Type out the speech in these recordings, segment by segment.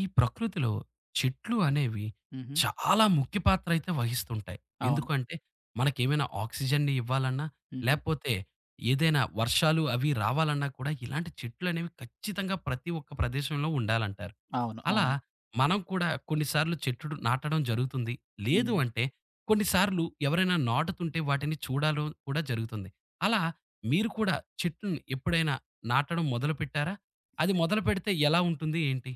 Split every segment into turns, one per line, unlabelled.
ఈ ప్రకృతిలో చెట్లు అనేవి
హుహు.
చాలా ముఖ్య పాత్ర అయితే వహిస్తుంటాయి.
అవును.
ఎందుకంటే మనకేమైనా ఆక్సిజన్‌ని ఇవ్వాలన్నా,
హుహు.
లేపోతే ఏదైనా వర్షాలు అవి రావాలన్నా కూడా ఇలాంటి చెట్లనేవి ఖచ్చితంగా ప్రతి ఒక్క ప్రదేశంలో ఉండాలంటారు.
అవును.
అలా
అవును.
మనం కూడా కొన్నిసార్లు చెట్లు నాటడం జరుగుతుంది. లేదు
హ్మ్.
అంటే కొన్నిసార్లు ఎవరైనా నాటుతుంటే వాటిని చూడడం కూడా జరుగుతుంది. అలా మీరు కూడా చెట్లుని ఎప్పుడైనా నాటడం మొదలుపెట్టారా? అది మొదలుపెడితే ఎలా ఉంటుంది ఏంటి?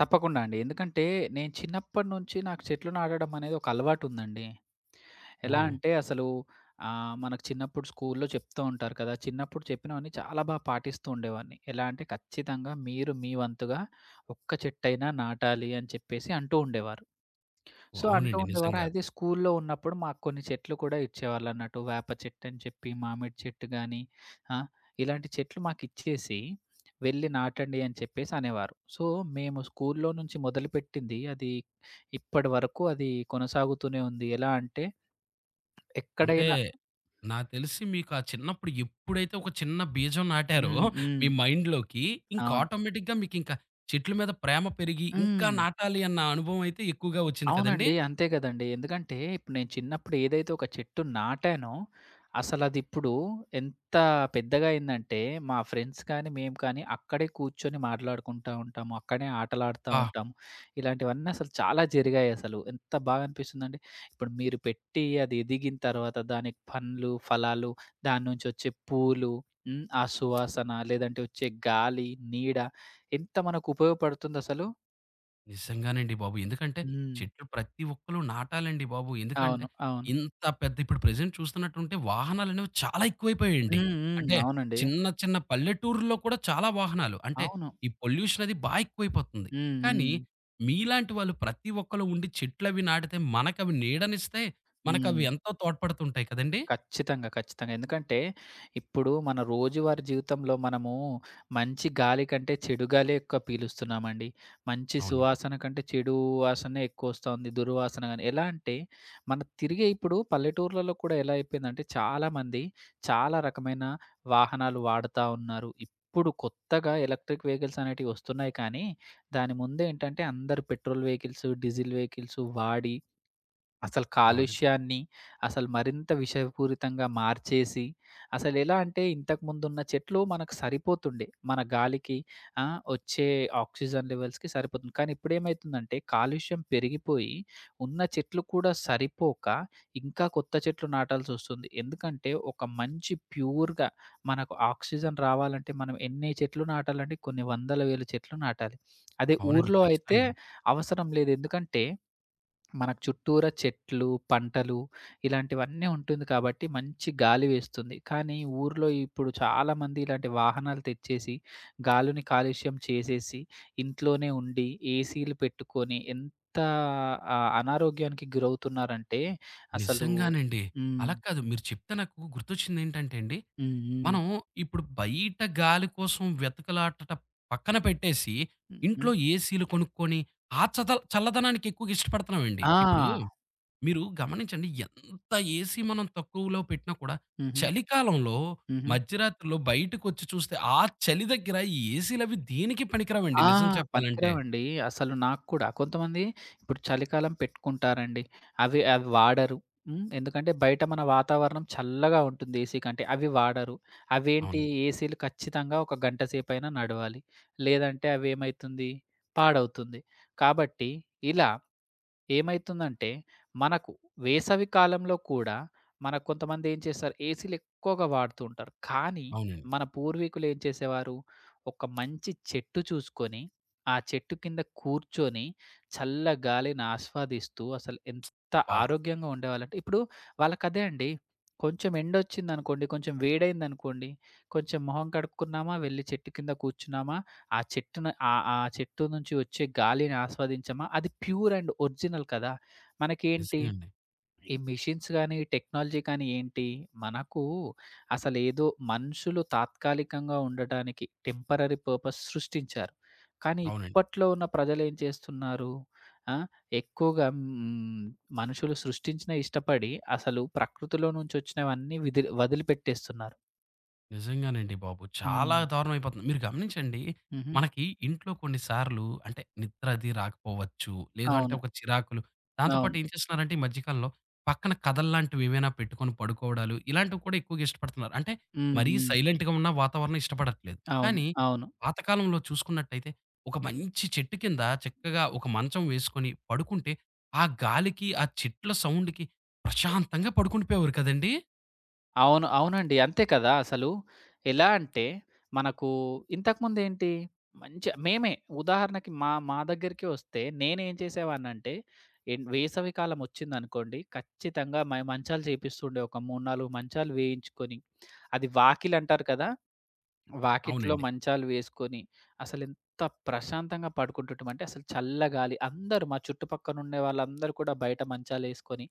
తప్పకుండా అండి. ఎందుకంటే నేను చిన్నప్పటి నుంచి నాకు చెట్లు నాటడం అనేది ఒక అలవాటుందండి. ఎలా
ఓహ్!
అంటే అసలు మనకు చిన్నప్పుడు స్కూల్‌లో చెప్తూ ఉంటారు కదా! చిన్నప్పుడు చెప్పినవన్నీ చాలా బా పాటిస్తూ ఉండేవాడిని. ఎలా అంటే ఖచ్చితంగా మీరు మీ వంతుగా ఒక్క చెట్టైనా నాటాలి అని చెప్పేసి అంటూ ఉండేవారు. So,
oh!
అంటూ
అవునండి.
ఉండేవారు.
నిజంగా.
అదే స్కూల్లో ఉన్నప్పుడు మాకు కొన్ని చెట్లు కూడా ఇచ్చేవాళ్ళన్నట్టు. వేప చెట్టని చెప్పి, మామిడి చెట్టు గాని, ఆ! ఇలాంటి చెట్లు మాకిచ్చేసి, "వెళ్లి నాటండి" అని చెప్పేసి అనేవారు. సో, మేము స్కూల్లో నుంచి మొదలుపెట్టింది అది ఇప్పటి వరకు అది కొనసాగుతూనే ఉంది. ఎలా అంటే
అంటే
ఎక్కడైనా
నాకు తెలిసి మీకు ఆ చిన్నప్పుడు ఎప్పుడైతే ఒక చిన్న బీజం నాటారో
హ్మ్. హ్మ్.
మీ మైండ్‌లోకి ఇంక
అవును.
ఆటోమేటిక్‌గా మీకింక చెట్ల మీద ప్రేమ పెరిగి ఇంకా
హ్మ్.
నాటాలి అన్న అనుభవం అయితే ఎక్కువగా వచ్చింది కదండీ!
అవునండి. అంతే గదండీ. ఎందుకంటే, ఇప్పుడు నేను చిన్నప్పుడు ఏదైతే ఒక చెట్టు నాటానో, అసలదిప్పుడు ఎంత పెద్దగా అయిందంటే, మా ఫ్రెండ్స్ కానీ, మేము కానీ అక్కడే కూర్చొని మాట్లాడుకుంటా ఉంటాము. అక్కడే ఆటలాడుతా
ఆ!
ఉంటాము. ఇలాంటివన్నీ అసలు చాలా జరిగాయసలు. ఎంత బాగా అనిపిస్తుందంటే, ఇప్పుడు మీరు పెట్టి అది ఎదిగిన తర్వాత దానికి పండ్లు, ఫలాలు, దాని నుంచి వచ్చే పూలు, హ్మ్. ఆ సువాసన లేదంటే వచ్చే గాలి, నీడ ఎంత మనకు ఉపయోగపడుతుందసలు.
నిజంగానండి బాబు. ఎందుకంటే,
హ్మ్.
చెట్లు ప్రతి ఒక్కళ్ళు నాటాలండి బాబు. ఎందుకంటే,
అవును. అవును.
ఇంత పెద్ద ఇప్పుడు ప్రెజెంట్ చూస్తున్నట్టుంటే వాహనాలనేవి చాలా ఎక్కువైపోయాయండి.
హ్మ్. హ్మ్.
అంటే,
అవునండి.
చిన్న చిన్న పల్లెటూరుల్లో కూడా చాలా వాహనాలు. అంటే,
అవును.
ఈ పొల్యూషన్ అది బా ఎక్కువైపోతుంది.
హ్మ్.
కానీ,
హ్మ్.
మీలాంటి వాళ్ళు ప్రతి ఒక్కళ్ళు ఉండి చెట్లవి నాటితే మనకవి నీడనిస్తాయి. మనకవి
హ్మ్.
ఎంతో తోడ్పడుతుంటాయి కదండీ!
ఖచ్చితంగా. ఖచ్చితంగా. ఎందుకంటే, ఇప్పుడు మన రోజువారీ జీవితంలో మనము మంచి గాలి కంటే చెడు గాలే ఎక్కువ పీలుస్తున్నామండి. మంచి
అవునండి.
సువాసన కంటే చెడు వాసనే ఎక్కువొస్తోంది. దుర్వాసన గాని. ఎలా అంటే, మన తిరిగే ఇప్పుడు పల్లెటూర్లలో కూడా ఎలా అయిపోయిందంటే, చాలామంది చాలా రకమైన వాహనాలు వాడతా ఉన్నారు. ఇప్పుడు కొత్తగా ఎలక్ట్రిక్ వెహికల్స్ అనేటివి వస్తున్నాయి కానీ, దాని ముందేంటంటే అందరూ పెట్రోల్ వెహికల్స్, డీజిల్ వెహికల్స్ వాడి అసలు
అవునండి.
కాలుష్యాన్ని అసలు మరింత విషపూరితంగా మార్చేసి, అసలెలా అంటే ఇంతకుముందున్న చెట్లు మనకు సరిపోతుండే. మన గాలికి వచ్చే ఆక్సిజన్ లెవెల్స్‌కి సరిపోతుంది. కానీ ఇప్పుడేమైతుందంటే కాలుష్యం పెరిగిపోయి, ఉన్న చెట్లు కూడా సరిపోక, ఇంకా కొత్త చెట్లు నాటాల్సొస్తుంది. ఎందుకంటే ఒక మంచి ప్యూర్‌గా మనకు ఆక్సిజన్ రావాలంటే మనం ఎన్ని చెట్లు నాటాలంటే కొన్ని వందల వేల చెట్లు నాటాలి. అదే
అవునండి.
ఊర్లో అయితే
ఖచ్చితంగా.
అవసరం లేదు. ఎందుకంటే మనకు చుట్టూరా చెట్లు, పంటలు ఇలాంటివన్నీ ఉంటుంది కాబట్టి మంచి గాలి వేస్తుంది. కానీ ఊర్లో ఇప్పుడు చాలామంది ఇలాంటి వాహనాలు తెచ్చేసి, గాలిని కాలుష్యం చేసేసి, ఇంట్లోనే ఉండి ఏసీలు పెట్టుకొని ఎంత అనారోగ్యానికి గురవుతున్నారంటే అసలు
నిజంగానండి.
హ్మ్.
అలా కాదు మీరు చెప్తే నాకు గుర్తొచ్చిందేంటంటే అండి
హ్మ్. హ్మ్.
మనం ఇప్పుడు బయట గాలి కోసం వెతకలాటట పక్కన పెట్టేసి,
హుహు.
ఇంట్లో ఏసీలు కొనుక్కొని, ఆ చల్లదనానికి ఎక్కువగా ఇష్టపడుతున్నామండి. ఇప్పుడు
ఆ!
మీరు గమనించండి ఎంత ఏసీ మనం తక్కువలో పెట్టినా కూడా,
హుహు.
చలికాలంలో
హుహు.
మధ్యరాత్రిలో బయటకొచ్చి చూస్తే, ఆ చలి దగ్గర ఈ ఏసీలవి దేనికి పనికిరావండి
ఆ!
నిజం చెప్పాలంటే.
పనికిరావండి. అసలు నాకు కూడా కొంతమంది ఇప్పుడు చలికాలం పెట్టుకుంటారండి. అవి అవి వాడరు. హ్మ్. ఎందుకంటే బయట మన వాతావరణం చల్లగా ఉంటుంది ఏసీ కంటే. అవి వాడరు. అవేంటి
అవును.
ఏసీలు ఖచ్చితంగా ఒక గంట సేపైనా నడవాలి. లేదంటే అవేమైతుంది పాడవుతుంది. కాబట్టి ఇలా ఏమైతుందంటే, మనకు వేసవి కాలంలో కూడా మనకు కొంతమంది ఏం చేస్తారు, ఏసీలు ఎక్కువగా వాడుతూ ఉంటారు. కానీ,
అవునండి.
మన పూర్వీకులు ఏం చేసేవారు, ఒక మంచి చెట్టు చూసుకొని, ఆ చెట్టు కింద కూర్చొని, చల్ల గాలిని ఆస్వాదిస్తూ అసలు ఎంత
అబ్బా!
ఆరోగ్యంగా ఉండేవాళ్ళంటే ఇప్పుడు వాళ్ళకదే అండి. కొంచెం ఎండొచ్చిందనుకోండి, కొంచెం వేడయిందనుకోండి, కొంచెం మొహం కడుక్కున్నామా, వెళ్లి చెట్టు కింద కూర్చున్నామా ఆ చెట్టున ఆ చెట్టు నుంచి వచ్చే గాలిని ఆస్వాదించామా, అది ప్యూర్ అండ్ ఒరిజినల్ కదా! మనకేంటి
నిజంగా అండి.
ఈ మెషిన్స్ గాని, టెక్నాలజీ కానీ ఏంటి, మనకు అసలేదో మనుషులు తాత్కాలికంగా ఉండటానికి టెంపరరీ పర్పస్ సృష్టించారు. కానీ
అవునండి.
ఇప్పట్లో ఉన్న ప్రజలేం చేస్తున్నారు? ఆ! ఎక్కువగా మనుషులు సృష్టించినయి ఇష్టపడి, అసలు ప్రకృతిలో నుంచి వచ్చినవన్నీ విదిలి వదిలిపెట్టేస్తున్నారు.
నిజంగానండి బాబు. చాలా
హ్మ్.
దారుణం అయిపోతుంది. మీరు గమనించండి.
హుహు.
మనకి ఇంట్లో కొన్ని సార్లు అంటే నిద్ర అది రాకపోవచ్చు. లేదు అంటే
అవును.
ఒక చిరాకులు. దాంతో
అవును.
పాటు ఏం చేస్తున్నారంటే ఈ మధ్య కాలంలో పక్కన కథల్లాంటివి ఏవైనా పెట్టుకొని పడుకోవడాలు ఇలాంటివి కూడా ఎక్కువగా ఇష్టపడుతున్నారు. అంటే
హ్మ్.
మరీ
హ్మ్.
సైలెంట్‌గా ఉన్న వాతావరణం ఇష్టపడట్లేదు.
అవును.
కానీ
అవును.
పాతకాలంలో చూసుకున్నట్టయితే ఒక మంచి చెట్టు కింద చక్కగా ఒక మంచం వేసుకొని పడుకుంటే ఆ గాలికి, ఆ చెట్ల సౌండ్‌కి ప్రశాంతంగా పడుకుండిపోయేవారు కదండీ!
అవును. అవునండి. అంతే కదా! అసలు ఎలా అంటే, మనకు ఇంతకుముందేంటి మంచి మేమే ఉదాహరణకి మా మా దగ్గరికే వస్తే నేనేం చేసేవాడినంటే, వేసవికాలం వచ్చిందనుకోండి, ఖచ్చితంగా మంచాలు చేపిస్తుండే. ఒక 3, 4 మంచాలు వేయించుకొని, అది వాకిలంటారు కదా! వాకిట్లో
అవునండి.
మంచాలు వేసుకొని, అసలెంత ప్రశాంతంగా పడుకుంటుంటిమంటే, అసలు చల్లగాలి అందరూ మా చుట్టుపక్కనుండే వాళ్ళందరూ కూడా బయట మంచాలేసుకొని,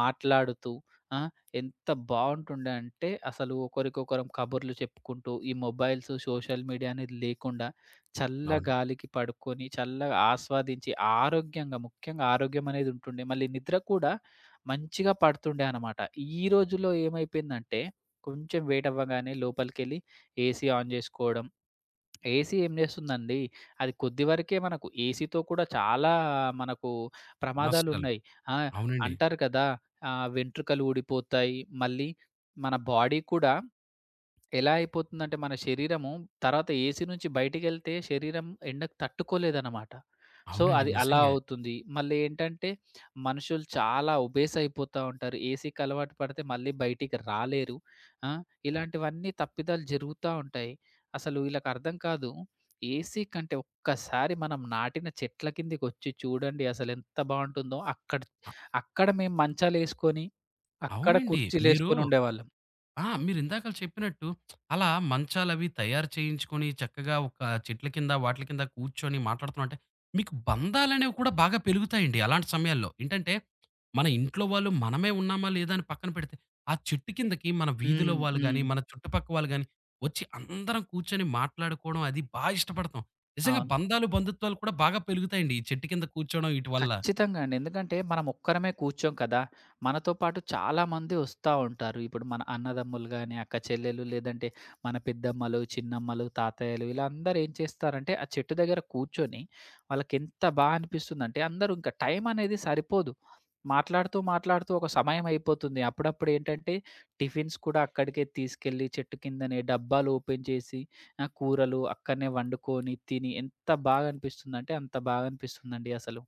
మాట్లాడుతూ ఆ! ఎంత బావుంటుండే అంటే, అసలు ఒకరికొకరం కబుర్లు చెప్పుకుంటూ, ఈ మొబైల్స్, సోషల్ మీడియా అనేది లేకుండా,
అవును.
చల్లగాలికి పడుకొని, చల్లగా ఆస్వాదించి, ఆరోగ్యంగా ముఖ్యంగా ఆరోగ్యమనేది ఉంటుండే. మళ్ళీ నిద్ర కూడా మంచిగా పడుతుండే అనమాట. ఈ రోజుల్లో ఏమైపోయిందంటే, కొంచెం వేడవ్వగానే లోపలికెళ్ళి ఏసీ ఆన్ జేసుకోవడం. ఏసీ ఏం జేస్తుందండి, అది కొద్ది వరకే మనకు ఏసీతో కూడా చాలా మనకు
నష్టాలు.
ప్రమాదాలున్నాయి. ఆ!
అవునండి.
అంటారు కదా! వెంట్రుకలు ఊడిపోతాయి. మళ్ళీ మన బాడీ కూడా ఎలా అయిపోతుందంటే మన శరీరము తర్వాత ఏసీ నుంచి బయటికెళ్తే శరీరం ఎండకు తట్టుకోలేదనమాట. సో,
అవునండి.
అది అలా
నిజంగే.
అవుతుంది. మళ్ళీ ఏంటంటే మనుషులు చాలా ఒబేస్ అయిపోతా ఉంటారు. ఏసీకి అలవాటు పడితే మళ్ళీ బయటికి రాలేరు. ఆ! ఇలాంటివన్నీ తప్పిదాలు జరుగుతా ఉంటాయి. అసలు వీళ్ళకర్థం కాదు. ఏసీ కంటే ఒక్కసారి మనం నాటిన చెట్ల కిందకొచ్చి చూడండి అసలెంత బావుంటుందో. అక్కడ
అ
అక్కడ మేము మంచాలేసుకొని, అక్కడ
అవునండి. మీరు
కుర్చీలేసుకొని ఉండేవాళ్ళం.
ఆ! మీరిందాక చెప్పినట్టు అలా మంచాలవి తయారు చేయించుకొని చక్కగా ఒక చెట్ల కింద, వాటిల కింద కూర్చొని మాట్లాడుతున్నామంటే మీకు బంధాలనేవి కూడా బాగా పెరుగుతాయండి అలాంటి సమయాల్లో. ఏంటంటే మన ఇంట్లో వాళ్ళు మనమే ఉన్నామా లేదా అని పక్కన పెడితే ఆ చెట్టు కిందకి మన వీధిలో
హ్మ్.
వాళ్ళు
హ్మ్.
గాని, మన చుట్టుపక్క వాళ్ళు గాని వచ్చి అందరం కూర్చొని మాట్లాడుకోవడం అది బా ఇష్టపడతాం. నిజంగా
అవును.
బంధాలు, బంధుత్వాలు కూడా బాగా పెరుగుతాయండి ఈ చెట్టు కింద కూర్చోవడం ఈటి వల్ల.
ఖచ్చితంగా అండి. ఎందుకంటే మనం ఒక్కరమే కూర్చోం కదా! మనతో పాటు చాలామంది ఒస్తా ఉంటారు. ఇప్పుడు మన అన్నదమ్ములు గాని, అక్క చెల్లెలు లేదంటే మన పెద్దమ్మలు, చిన్నమ్మలు, తాతయ్యలు ఇలా అందరూ ఏం చేస్తారంటే ఆ చెట్టు దగ్గర కూర్చొని వాళ్ళకెంత బా అనిపిస్తుందంటే అందరూ ఇంకా టైం అనేది సరిపోదు. మాట్లాడుతూ, మాట్లాడుతూ ఒక సమయం అయిపోతుంది. అప్పుడప్పుడు ఏంటంటే టిఫిన్స్ కూడా అక్కడికే తీసుకెళ్ళి చెట్టు కిందనే డబ్బాలు ఓపెన్ చేసి కూరలు అక్కడనే వండుకొని తిని ఎంత బాగా అనిపిస్తుందంటే అంత బాగా అనిపిస్తుందండి అసలు.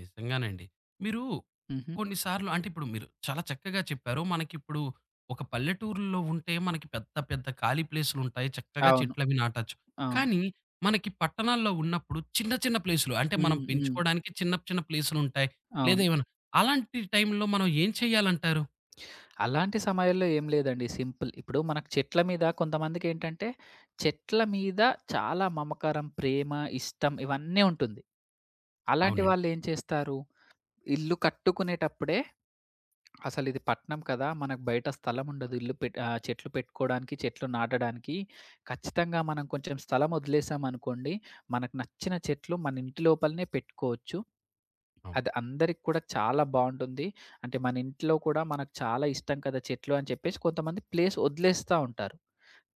నిజంగానండి. మీరు
హుహు.
కొన్నిసార్లు అంటే ఇప్పుడు మీరు చాలా చక్కగా చెప్పారు. మనకిప్పుడు ఒక పల్లెటూరులో ఉంటే మనకి పెద్ద పెద్ద ఖాళీ ప్లేసులుంటాయి. చక్కగా
అవును.
చెట్లవి నాటొచ్చు.
అవును.
కానీ మనకి పట్టణాల్లో ఉన్నప్పుడు చిన్న చిన్న ప్లేసులు అంటే మనం
హ్మ్. హ్మ్.
పెంచుకోవడానికి చిన్న చిన్న ప్లేసులుంటాయి. లేదా
అవును.
ఏమన్నా అలాంటి టైంలో మనం ఏం చేయాలంటారు?
అలాంటి సమయాల్లో ఏం లేదండి సింపుల్. ఇప్పుడు మనకు చెట్ల మీద కొంతమందికేంటంటే, చెట్ల మీద చాలా మమకారం, ప్రేమ, ఇష్టం ఇవన్నీ ఉంటుంది. అలాంటి
అవునండి.
వాళ్ళేం చేస్తారు, ఇల్లు కట్టుకునేటప్పుడే అసలిది పట్నం కదా! మనకు బయట స్థలం ఉండదు. ఇల్లు పెట్ చెట్లు పెట్టుకోవడానికి, చెట్లు నాటడానికి ఖచ్చితంగా మనం కొంచెం స్థలం వదిలేసామనుకోండి, మనకు నచ్చిన చెట్లు మన ఇంటి లోపలనే పెట్టుకోవచ్చు.
అవును.
అది అందరికి కూడా చాలా బావుంటుంది. అంటే మన ఇంట్లో కూడా మనకు చాలా ఇష్టం కదా చెట్లు అని చెప్పేసి కొంతమంది ప్లేస్ వదిలేస్తా ఉంటారు.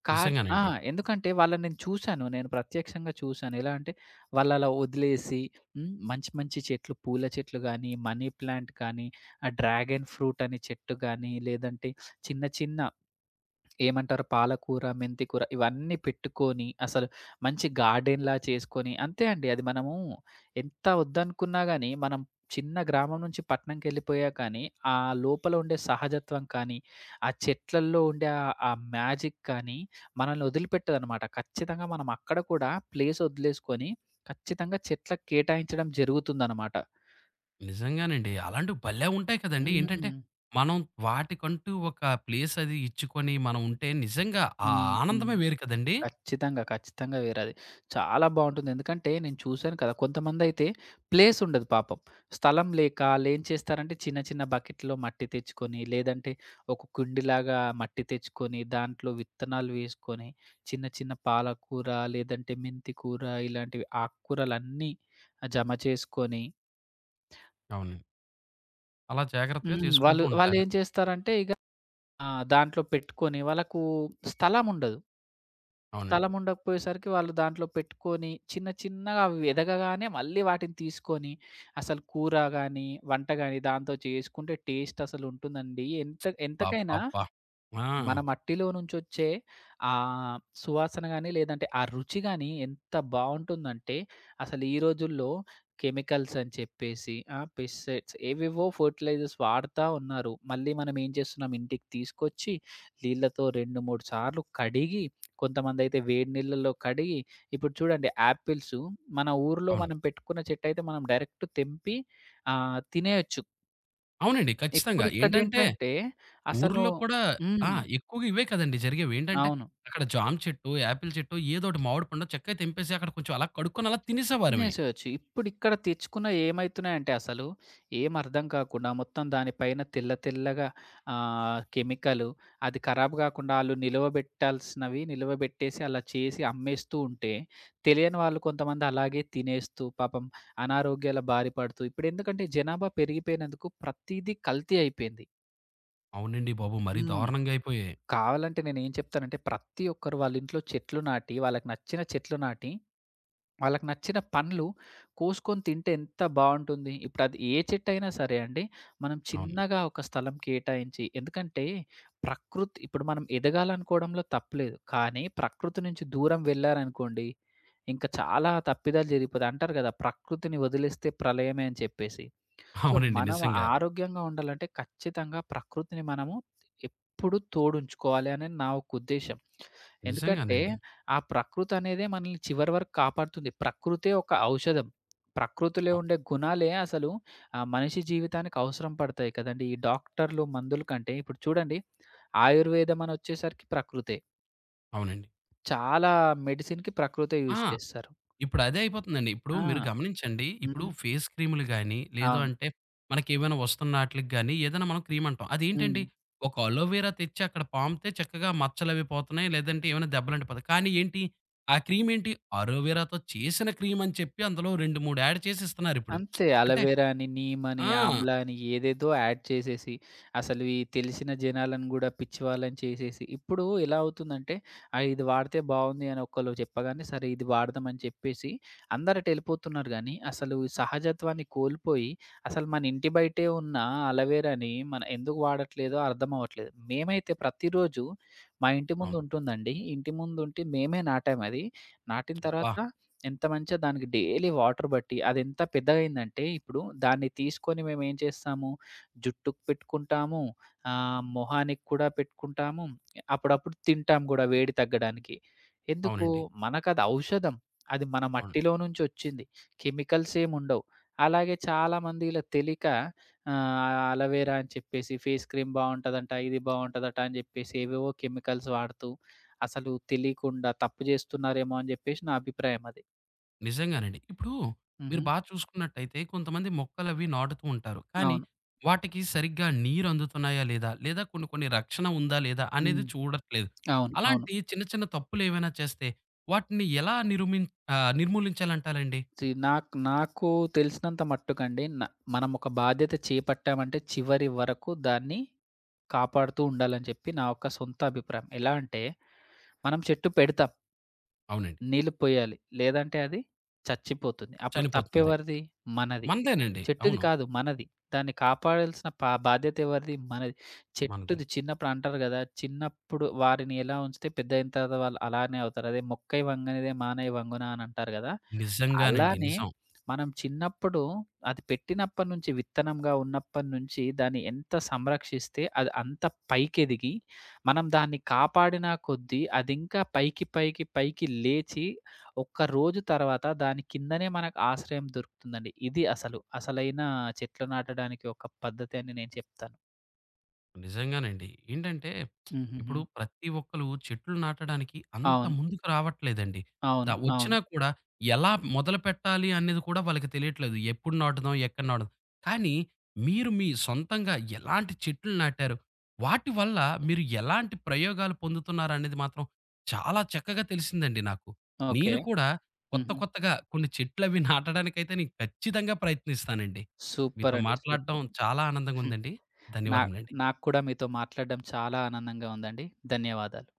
కా ఆ!
నిజంగానండి.
ఎందుకంటే వాళ్ళని నేను చూశాను. నేను ప్రత్యక్షంగా చూశాను. ఎలా అంటే వాళ్ళు అలా వదిలేసి హ్మ్. మంచి మంచి చెట్లు పూల చెట్లు గానీ, మనీ ప్లాంట్ కానీ, ఆ డ్రాగన్ ఫ్రూట్ అనే చెట్టు గానీ, లేదంటే చిన్న చిన్న ఏమంటారు? పాలకూర, మెంతి కూర ఇవన్నీ పెట్టుకొని, అసలు మంచి గార్డెన్‌లా చేసుకొని అంతే అండి. అది మనము ఎంత వద్దనుకున్నా గాని, మనం చిన్న గ్రామం నుంచి పట్టణంకెళ్ళిపోయాక కానీ, ఆ లోపల ఉండే సహజత్వం కానీ, ఆ చెట్లల్లో ఉండే ఆ ఆ మ్యాజిక్ కానీ, మనల్ని వదిలిపెట్టదనమాట. ఖచ్చితంగా మనం అక్కడ కూడా ప్లేస్ వదిలేసుకొని, ఖచ్చితంగా చెట్లకు కేటాయించడం జరుగుతుందనమాట.
నిజంగానండి. అలాంటివి భలే ఉంటాయి కదండీ. ఏంటంటే
హ్మ్.
మనం వాటికంటూ ఒక ప్లేస్ అది ఇచ్చుకొని మనం ఉంటే నిజంగా ఆ
హ్మ్. హ్మ్.
ఆనందమే వేరు కదండీ!
ఖచ్చితంగా. ఖచ్చితంగా వేరది. చాలా బావుంటుంది. ఎందుకంటే నేను చూసాను కదా! కొంతమందయితే ప్లేస్ ఉండదు పాపం. స్థలం లేక ఆళ్ళేం చేస్తారంటే చిన్న చిన్న బకెట్‌లో మట్టి తెచ్చుకొని, లేదంటే ఒక కుండిలాగా మట్టి తెచ్చుకొని, దాంట్లో విత్తనాలు వేసుకొని, చిన్న చిన్న పాలకూర, లేదంటే మెంతి కూర ఇలాంటివి ఆకుకూరలన్నీ జమ చేసుకొని
అవునండి. అలా జాగ్రత్తగా
హ్మ్.
చేసుకుంటూ
వాళ్ళు
ఉంటారు.
వాళ్ళేం చేస్తారంటే ఇగ ఆ! దాంట్లో పెట్టుకొని వాళ్ళకు స్థలం ఉండదు.
అవునండి.
స్థలం ఉండకపోయేసరికి వాళ్ళు దాంట్లో పెట్టుకొని, చిన్న చిన్నగా అవి ఎదగగానే మళ్ళీ వాటిని తీసుకొని, అసలు కూర గానీ, వంట గానీ దాంతో చేసుకుంటే టేస్ట్ అసలుంటుందండి. ఎంత ఎంతకైనా
అబ్బబ్బబ్బా! ఆ!
మన మట్టిలో నుంచొచ్చే ఆ సువాసన గాని, లేదంటే ఆ రుచి గాని ఎంత బావుంటుందంటే, అసలు ఈ రోజుల్లో కెమికల్స్ అని చెప్పేసి, ఆ! పెస్టిసైడ్స్ ఏవేవో ఫర్టిలైజర్స్ వాడతా ఉన్నారు. మళ్ళీ మనం ఏం చేస్తున్నాం, ఇంటికి తీసుకొచ్చి నీళ్ళతో 2, 3 సార్లు కడిగి, కొంతమందైతే వేడి నీళ్ళలో కడిగి, ఇప్పుడు చూడండి యాపిల్సు మన ఊర్లో
అవును.
మనం పెట్టుకున్న చెట్టయితే మనం డైరెక్ట్ తెంపి తినేయొచ్చు.
అవునండి.
ఇప్పుడు
ఖచ్చితంగా. ఏంటంటే
ఇక్కడేంటంటే అసలు
ఊర్లో కూడా
హ్మ్.
ఆ! ఎక్కువగా ఇవే కదండీ జరిగేవి. ఏంటంటే
అవును.
అక్కడ జామ చెట్టు, యాపిల్ చెట్టు ఏదోటి మామిడి పండో చక్కగా తెంపేసి అక్కడ కొంచెం అలా కడుక్కొని అలా తినేసేవారమే.
తినేసేయొచ్చు. ఇప్పుడిక్కడ తెచ్చుకున్నయి ఏమైతున్నాయంటే అసలు, ఏం అర్థం కాకుండా మొత్తం దానిపైన తెల్ల తెల్లగా కెమికలు అది ఖరాబ్ గాకుండా ఆళ్ళు నిలువబెట్టాల్సినవి నిలువబెట్టేసి అలా చేసి అమ్మేస్తూ ఉంటే, తెలియని వాళ్ళు కొంతమంది అలాగే తినేస్తూ పాపం అనారోగ్యాల బారి పడుతూ ఇప్పుడెందుకంటే జనాభా పెరిగిపోయినందుకు ప్రతీదీ కల్తీ అయిపోయింది.
అవునండి బాబు! మరీ
హ్మ్.
దారుణంగా అయిపోయాయి.
కావాలంటే నేనేం చెప్తానంటే ప్రతి ఒక్కరు వాళ్ళ ఇంట్లో చెట్లు నాటి వాళ్ళకి నచ్చిన చెట్లు నాటి వాళ్ళకి నచ్చిన పండ్లు కోసుకొని తింటే ఎంత బావుంటుంది. ఇప్పుడది ఏ చెట్టైనా సరే అండి, మనం
అవును.
చిన్నగా ఒక స్థలం కేటాయించి ఎందుకంటే ప్రకృతి ఇప్పుడు మనం ఎదగాలనుకోవడంలో తప్పులేదు. కానీ ప్రకృతి నుంచి దూరం వెళ్లారనుకోండి, ఇంకా చాలా తప్పిదాలు జరిగిపోతాయి. అంటారు కదా! ప్రకృతిని వదిలేస్తే ప్రళయమే అని చెప్పేసి. సో,
అవునండి.
మనం
నిజంగా.
ఆరోగ్యంగా ఉండాలంటే ఖచ్చితంగా ప్రకృతిని మనము ఎప్పుడూ తోడుంచుకోవాలి అనేది నా ఒక ఉద్దేశ్యం. ఎందుకంటే,
నిజంగానండి.
ఆ ప్రకృతనేదే మనల్ని చివరి వరకు కాపాడుతుంది. ప్రకృతే ఒక ఔషధం. ప్రకృతిలో
అ
ఉండే గుణాలే అసలు మనిషి జీవితానికి అవసరం పడతాయి కదండీ! ఈ డాక్టర్లు, మందులు కంటే ఇప్పుడు చూడండి ఆయుర్వేదం అనొచ్చేసరికి ప్రకృతే.
అవునండి.
చాలా మెడిసిన్‌కి ప్రకృతే
ఆ!
యూజ్ చేస్తారు.
ఇప్పుడు అదే అయిపోతుందండి. ఇప్పుడు మీరు
ఆ!
గమనించండి. ఇప్పుడు
హుహు.
ఫేస్ క్రీములు గాని, లేదు
అవును.
అంటే మనకేమైనా వస్తున్న ఆటిలకి గాని ఏదైనా మనం క్రీమ్ అంటాం.
హ్మ్.
అదేంటండి ఒక అలోవెరా తెచ్చి అక్కడ పామితే చక్కగా మచ్చలవి పోతున్నాయి. లేదంటే ఏమైనా దెబ్బలంటిపోతాయి. కానీ ఏంటి ఆ క్రీమ్ ఏంటి అలోవెరాతో చేసిన క్రీమ్ అని చెప్పి అందులో 2, 3 యాడ్ చేసి ఇస్తున్నారిప్పుడు.
అంతే.
అంటే
అలోవెరా అని, నీమ్ అని,
ఆ!
ఆమ్లా అని ఏదేదో యాడ్ చేసేసి, అసలు ఈ తెలిసిన జనాలను గూడా పిచ్చివాళ్ళని చేసేసి, ఇప్పుడు ఎలా అవుతుందంటే, ఇది వాడితే బావుంది అని ఒకళ్ళు చెప్పగానే, సరే ఇది వాడదాం అని చెప్పేసి అందరటు ఎళ్ళిపోతున్నారు గానీ, అసలు ఈ సహజత్వాన్ని కోల్పోయి, అసలు మన ఇంటి బయటే ఉన్న అలోవెరాని మనం ఎందుకు వాడట్లేదో అర్థం అవ్వట్లేదు. మేమైతే ప్రతిరోజు మా ఇంటి ముందు
అవును.
ఉంటుందండి. ఇంటి ముందుంటే మేమే నాటామది. నాటిన
అబ్బా!
తర్వాత ఎంత మంచిగా దానికి డైలీ వాటర్ బట్టి అదెంత పెద్దగయిందంటే ఇప్పుడు దాన్ని తీసుకొని మేమేం చేస్తాము, జుట్టుకి పెట్టుకుంటాము, మొహానికి కూడా పెట్టుకుంటాము. అప్పుడప్పుడు తింటాం గూడా వేడి తగ్గడానికి. ఎందుకు?
అవునండి.
మనకది ఔషధం. అది మన
అవును.
మట్టిలో నుంచొచ్చింది. కెమికల్స్ ఏముండవు. అలాగే చాలామంది ఇలా తెలియక అలోవెరా అని చెప్పేసి ఫేస్ క్రీమ్ బావుంటదంట, ఇది బావుంటదట అని జెప్పేసి ఏవేవో కెమికల్స్ వాడుతూ అసలు తెలియకుండా తప్పు జేస్తున్నారేమో అని జెప్పేసి నా అభిప్రాయం అది.
నిజంగానండి. ఇప్పుడు మీరు
హుహు.
బా చూసుకున్నట్టయితే కొంతమంది మొక్కలవి నాటుతూ ఉంటారు. కానీ
అవును.
వాటికి సరిగ్గా నీరు అందుతున్నాయా లేదా? లేదా కొన్ని కొన్ని రక్షణ ఉందా లేదా?
హ్మ్.
అనేది చూడట్లేదు.
అవును. అవును.
అలాంటి చిన్న చిన్న తప్పులేవైనా చేస్తే వాటిని ఎలా నిర్మూలించాలంటారండి?
నాకు నాకు తెలిసినంత మట్టుకండి మనం ఒక బాధ్యత చేపట్టామంటే చివరి వరకు దాన్ని కాపాడుతూ ఉండాలని చెప్పి నా యొక్క సొంత అభిప్రాయం. ఎలా అంటే మనం చెట్టు పెడతాం,
అవునండి.
నీళ్లు పోయాలి. లేదంటే అది చచ్చిపోతుంది. అప్పుడు
చనిపోతుంది.
తప్పెవరిది? మనది.
మనదేనండి.
చెట్టుది
అవును.
కాదు మనది. దాన్ని కాపాడాల్సిన బాధ్యత ఎవరిది? మనది.
మనదే.
చెట్టుది చిన్నప్పుడు అంటారు గదా! చిన్నప్పుడు వారిని ఎలా ఉంచితే పెద్దయిన తర్వాత వాళ్ళు అలానే అవుతారు. అదే "మొక్కై వంగనిదే మానై వంగునా" అని అంటారు గదా!
నిజంగానండి.
అలానే
నిజం.
మనం చిన్నప్పుడు అది పెట్టినప్పటి నుంచి విత్తనంగా ఉన్నప్పటి నుంచి దాన్ని ఎంత సంరక్షిస్తే అది అంత పైకెదిగి మనం దాన్ని కాపాడిన కొద్దీ అది ఇంకా పైకి పైకి పైకి లేచి ఒక్క రోజు తర్వాత దాని కిందనే మనకు ఆశ్రయం దొరుకుతుందండి. ఇది అసలు. అసలైన చెట్లు నాటడానికి ఒక పద్ధతి అని నేను చెప్తాను.
నిజంగానండి. ఏంటంటే,
హుహుహు.
ఇప్పుడు ప్రతి ఒక్కళ్ళు చెట్లు నాటడానికి అంత
అవును.
ముందుకు రావట్లేదండి.
అవును. అవును.
వచ్చినా కూడా ఎలా మొదలుపెట్టాలి అనేది కూడా వాళ్ళకి తెలియట్లేదు. ఎప్పుడు నాటుదాం? ఎక్కడ నాటుదాం? కానీ మీరు మీ సొంతంగా ఎలాంటి చెట్లు నాటారు? వాటి వల్ల మీరు ఎలాంటి ప్రయోగాలు పొందుతున్నారనేది మాత్రం చాలా చక్కగా తెలిసిందండి నాకు.
ఓకే.
నేను కూడా కొత్త
హుహు.
కొత్తగా కొన్ని చెట్లవి నాటడానికైతే నేను ఖచ్చితంగా ప్రయత్నిస్తానండి.
సూపర్
మీతో
అండి.
మాట్లాడడం
సూపర్.
చాలా ఆనందంగా ఉందండి.
నా
ధన్యవాదములండి.
నాకు కూడా మీతో మాట్లాడడం చాలా ఆనందంగా ఉందండి. ధన్యవాదాలు.